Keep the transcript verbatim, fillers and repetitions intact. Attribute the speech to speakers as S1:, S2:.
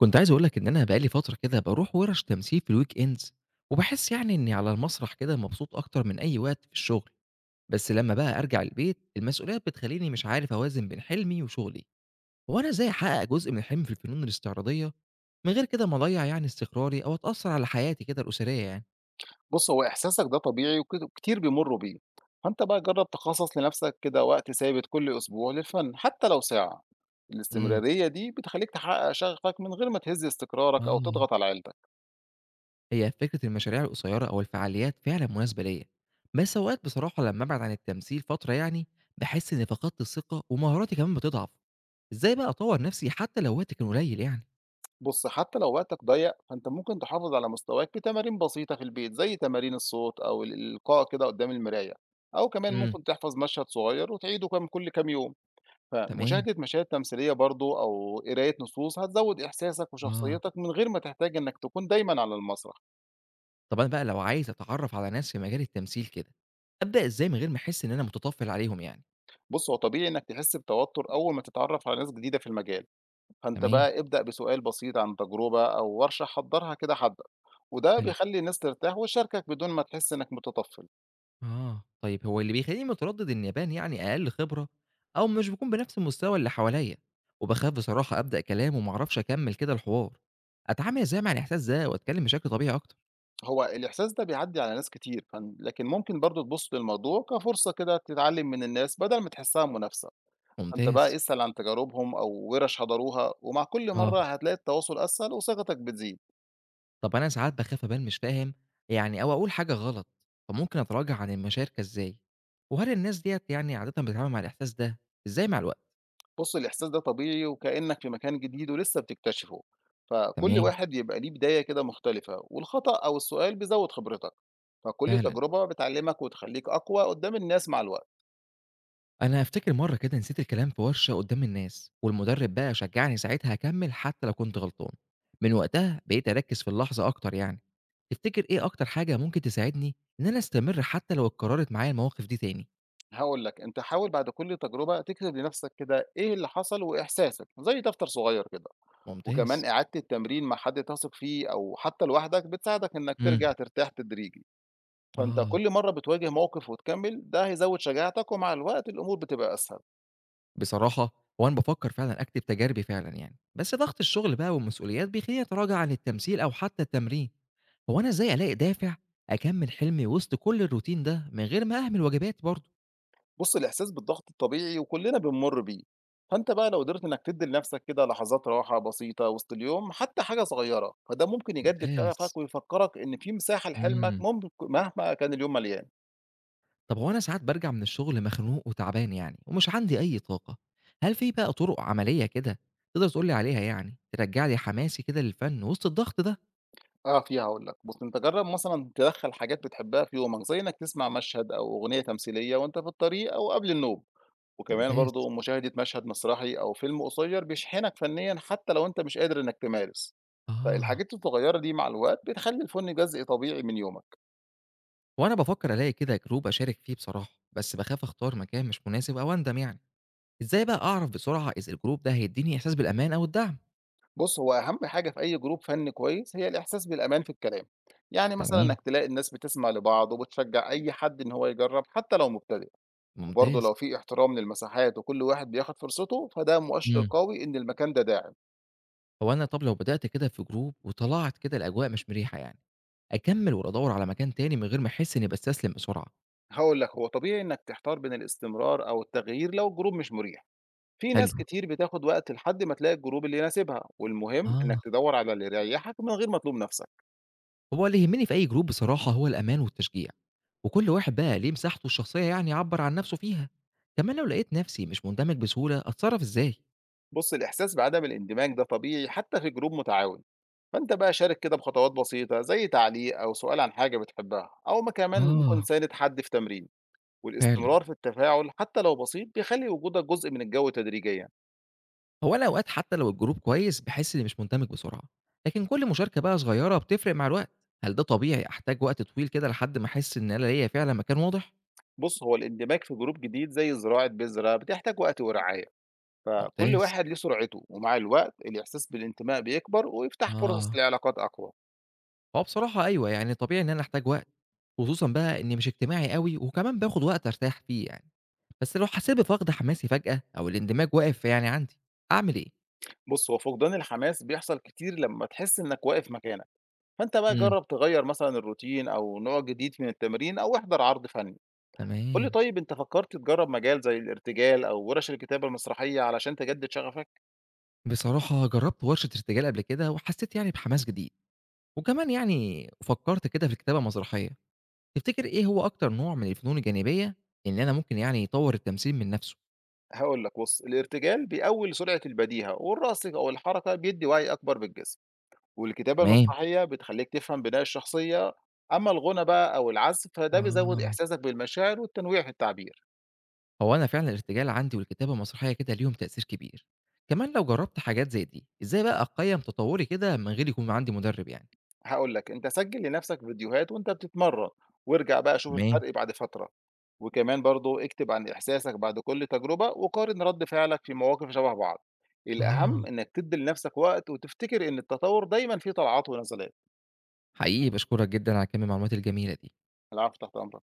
S1: كنت عايز اقول لك ان انا بقالي فتره كده باروح ورش تمثيل في الويك اندز، وبحس يعني اني على المسرح كده مبسوط اكتر من اي وقت في الشغل. بس لما بقى ارجع البيت المسؤوليات بتخليني مش عارف اوازن بين حلمي وشغلي. هو انا ازاي احقق جزء من حلمي في الفنون الاستعراضيه من غير كده ما اضيع يعني استقراري او اتاثر على حياتي كده الاسريه يعني؟
S2: بُص، هو إحساسك ده طبيعي وكت وكتير بيمرّوا بيه، فأنت بقى جرّب تخصّص لنفسك كده وقت ثابت كل أسبوع للفن حتى لو ساعة،
S1: امم.
S2: الاستمرارية دي بتخلّيك تحقق شغفك من غير ما تهز استقرارك أو
S1: اه.
S2: تضغط على عيلتك،
S1: هي فكرة المشاريع القصيرة أو الفعاليات فعلا مناسبة ليا. بس أوقات بصراحة لما أبعد عن التمثيل فترة يعني بحس إني فقدت الثقة ومهاراتي كمان بتضعف. إزاي بقى أطور نفسي حتى لو وقتي كان قليل يعني؟
S2: بُص حتى لو وقتك ضيّق فأنت ممكن تحافظ على مستواك بتمارين بسيطة في البيت زي تمارين الصوت أو ال الإلقاء كده قدّام المراية، أو كمان
S1: امم.
S2: ممكن تحفظ مشهد صغير وتعيده كام كل كام يوم،
S1: تمام.
S2: فمشاهدة مشاهد تمثيلية برضه أو قراية نصوص هتزوّد إحساسك
S1: آه.
S2: وشخصيتك من غير ما تحتاج إنك تكون دايمًا على المسرح.
S1: طب أنا بقى لو عايز أتعرف على ناس في مجال التمثيل كده أبدأ إزاي من غير ما أحس إن أنا متطفل عليهم يعني؟
S2: بُص، هو طبيعي إنك تحس بتوتر أول ما تتعرف على ناس جديدة في المجال، فأنت
S1: تمام.
S2: بقى ابدأ بسؤال بسيط عن تجربة أو ورشة حضّرها كده حدّك، وده
S1: حلو.
S2: بيخلّي الناس ترتاح وتشاركك بدون ما تحس إنك متطفل.
S1: آه، طيب هو اللي بيخلّيني متردد إن أبان يعني أقل خبرة أو مش باكون بنفس المستوى اللي حواليّا، وباخاف بصراحة أبدأ كلام وما أعرفش أكمّل كده الحوار، أتعامل إزاي مع الإحساس ده وأتكلّم بشكل طبيعي أكتر؟
S2: هو الإحساس ده بيعدّي على ناس كتير، فن لكن ممكن برضه تبُص للموضوع كفرصة كده تتعلم من الناس بدل ما تحسها منافسة، فأنت بقى
S1: ممتاز،
S2: اسأل عن تجاربهم أو وِرَش حضروها، ومع كل
S1: آه.
S2: مرّة هتلاقي التواصل أسهل وثقتك بتزيد.
S1: طب أنا ساعات باخاف أبان مش فاهم يعني أو أقول حاجة غلط، فممكن أتراجع عن المشاركة إزاي؟ وهل الناس ديّة يعني عادةً بتتعامل مع الإحساس ده إزاي مع الوقت؟
S2: بُص الإحساس ده طبيعي وكأنك في مكان جديد ولسه بتكتشفه، فكل
S1: تمام،
S2: واحد يبقى ليه بداية كده مختلفة، والخطأ أو السؤال بيزود خبرتك، فكل
S1: فعلًا.
S2: تجربة بتعلمك وتخليك أقوى قدام الناس مع الوقت،
S1: أنا أفتكر مرّة كده نسيت الكلام في ورشة قدّام الناس، والمدرب بقى شجعني ساعتها أكمّل حتى لو كنت غلطان، من وقتها بقيت أركّز في اللحظة أكتر يعني، تفتكر إيه أكتر حاجة ممكن تساعدني إن أنا أستمر حتى لو اتكررت معايا المواقف دي تاني؟
S2: هاقول لك أنت حاول بعد كل تجربة تكتب لنفسك كده إيه اللي حصل وإحساسك زي دفتر صغير كده، وكمان
S1: ممتاز،
S2: إعادة التمرين مع حد تثق فيه أو حتى لوحدك بتساعدك إنك ترجع
S1: إمم،
S2: ترتاح تدريجي، فأنت
S1: آه،
S2: كل مرة بتواجه موقف وتكمل ده هيزود شجاعتك ومع الوقت الأمور بتبقى أسهل.
S1: بصراحة هو أنا بافكّر فعلًا أكتب تجاربي فعلًا يعني، بس ضغط الشغل بقى والمسؤوليات بيخلّيني أتراجع عن التمثيل أو حتى التمرين، هو أنا إزاي ألاقي دافع أكمّل حلمي وسط كل الروتين ده من غير ما أهمل واجباتي برضه؟
S2: بُص، الإحساس بالضغط الطبيعي وكلّنا بنمُر بيه، فأنت بقى لو قدرت إنّك تدّي لنَفْسك كده لحظات راحة بسيطة وسط اليوم حتى حاجة صغيّرة، فده ممكن يجدد شغفك
S1: ممتاز.
S2: ويفكّرك إن في مساحة لحلمك
S1: إمم.
S2: ممك مهما كان اليوم مليان.
S1: طب هو أنا ساعات بارجع من الشغل مخنوق وتعبان يعني ومش عندي أي طاقة، هل في بقى طُرق عملية كده تقدر تقول لي عليها يعني ترجّع لي حماسي كده للفن وسط الضغط ده؟
S2: أقف فيها هاقول لك، بُص أنت جرّب مثلًا تدخّل حاجات بتحبها في يومك، زي إنّك تسمع مشهد أو أغنية تمثيلية وأنت في الطريق أو قبل النوم، وكمان
S1: ممتاز.
S2: برضه مشاهدة مشهد مسرحي أو فيلم قصيّر بيشحنك فنيًا حتى لو أنت مش قادر إنّك تمارس،
S1: آه.
S2: فالحاجات الصغيّرة دي مع الوقت بتخلّي الفُن جزء طبيعي من يومك.
S1: هو أنا بافكّر ألاقي كده group أشارك فيه بصراحة، بس باخاف أختار مكان مش مناسب أو أندم يعني. إزاي بقى أعرف بسرعة إذا الgroup ده هيدّيني إحساس بالأمان أو الدعم؟
S2: بُص، هو أهم حاجة في أي جروب فني كويس هي الإحساس بالأمان في الكلام، يعني مثلًا
S1: تمام،
S2: إنك تلاقي الناس بتسمع لبعض وبتشجع أي حد إن هو يجرب حتى لو مبتدئ، وبرضه
S1: ممتاز.
S2: لو في احترام للمساحات وكل واحد بياخد فرصته فده مؤشر
S1: إمم.
S2: قوي إن المكان ده داعم،
S1: هو أنا طب لو بدأت كده في group وطلعت كده الأجواء مش مِريحة يعني، أكمّل والّا أدوّر على مكان تاني من غير ما أحس إنّي باستسلم بسرعة؟
S2: هاقول لك هو طبيعي إنك تحتار بين الاستمرار أو التغيير لو الجروب مش مريح، في ناس
S1: حلو،
S2: كتير بتاخد وقت لحد ما تلاقي الجروب اللي يناسبها، والمهم إنك
S1: آه،
S2: تدور على اللي يريحك من غير ما تلوم نفسك.
S1: هو اللي يهمني في أي جروب بصراحة هو الأمان والتشجيع، وكل واحد بقى ليه مساحته الشخصية يعني يعبّر عن نفسه فيها، كمان لو لقيت نفسي مش مندمج بسهولة أتصرف إزاي؟
S2: بُص، الإحساس بعدم الاندماج ده طبيعي حتى في جروب متعاون، فأنت بقى شارك كده بخطوات بسيطة زي تعليق أو سؤال عن حاجة بتحبها، أو ما كمان ممكن
S1: آه،
S2: تساند حد في تمرين،
S1: فعلًا.
S2: والاستمرار في التفاعل حتى لو بسيط بيخلي وجودك جزء من الجو تدريجيًا.
S1: هو أنا أوقات حتى لو الجروب كويس باحس إني مش مندمج بسرعة، لكن كل مشاركة بقى صغيرة بتفرق مع الوقت، هل ده طبيعي أحتاج وقت طويل كده لحد ما أحس إن أنا ليّا فعلًا مكان واضح؟
S2: بُص، هو الاندماج في جروب جديد زي زراعة بذرة بتحتاج وقت ورعاية، فكل
S1: ممتاز.
S2: واحد ليه سرعته، ومع الوقت الإحساس بالانتماء بيكبر ويفتح فرص
S1: آه.
S2: لعلاقات أقوى.
S1: هو بصراحة أيوه، يعني طبيعي إن أنا أحتاج وقت، خصوصًا بقى إني مش اجتماعي أوي وكمان باخد وقت أرتاح فيه يعني. بس لو حسيت بفقد حماسي فجأة أو الاندماج واقف يعني عندي، أعمل إيه؟
S2: بُص، هو فقدان الحماس بيحصل كتير لما تحس إنك واقف مكانك. فأنت بقى
S1: امم.
S2: جرّب تغيّر مثلًا الروتين أو نوع جديد من التمرين أو احضر عرض فني. قُل لي
S1: تمام.
S2: طيب أنت فكّرت تجرّب مجال زي الارتجال أو ورش الكتابة المسرحية علشان تجدد شغفك؟
S1: بصراحة جرّبت ورشة ارتجال قبل كده وحسيت يعني بحماس جديد، وكمان يعني فكّرت كده في كتابة مسرحية. تفتكر إيه هو أكتر نوع من الفنون الجانبية اللي أنا ممكن يعني يطوّر التمثيل من نفسه؟
S2: هاقول لك بُص، الارتجال بيقوّي سرعة البديهة والرقص أو الحركة بيدّي وعي أكبر بالجسم، والكتابة
S1: تمام.
S2: المسرحية بتخلّيك تفهم بناء الشخصية، أمّا الغُنى بقى أو العزف فده بيزوّد
S1: آه.
S2: إحساسك بالمشاعر والتنويع في التعبير.
S1: هو أنا فعلًا الارتجال عندي والكتابة المسرحية كده ليهم تأثير كبير. كمان لو جرّبت حاجات زي دي، إزاي بقى أقيّم تطوّري كده من غير يكون عندي مدرب يعني؟
S2: هاقول لك، أنت سجّل لنفْسك فيديوهات وأنت بتتمرّن، وارجع بقى شوف
S1: تمام.
S2: الفرق بعد فترة، وكمان برضه اكتب عن إحساسك بعد كل تجربة، وقارن رَد فعلك في مواقف شبه بعض، الأهم
S1: آه.
S2: إنك تدّي لنفْسك وقت وتفتكر إن التطوّر دايمًا فيه طلعات ونزلات.
S1: حقيقي باشكرك جدًا على كم المعلومات الجميلة دي.
S2: العفو، تحت أمرك.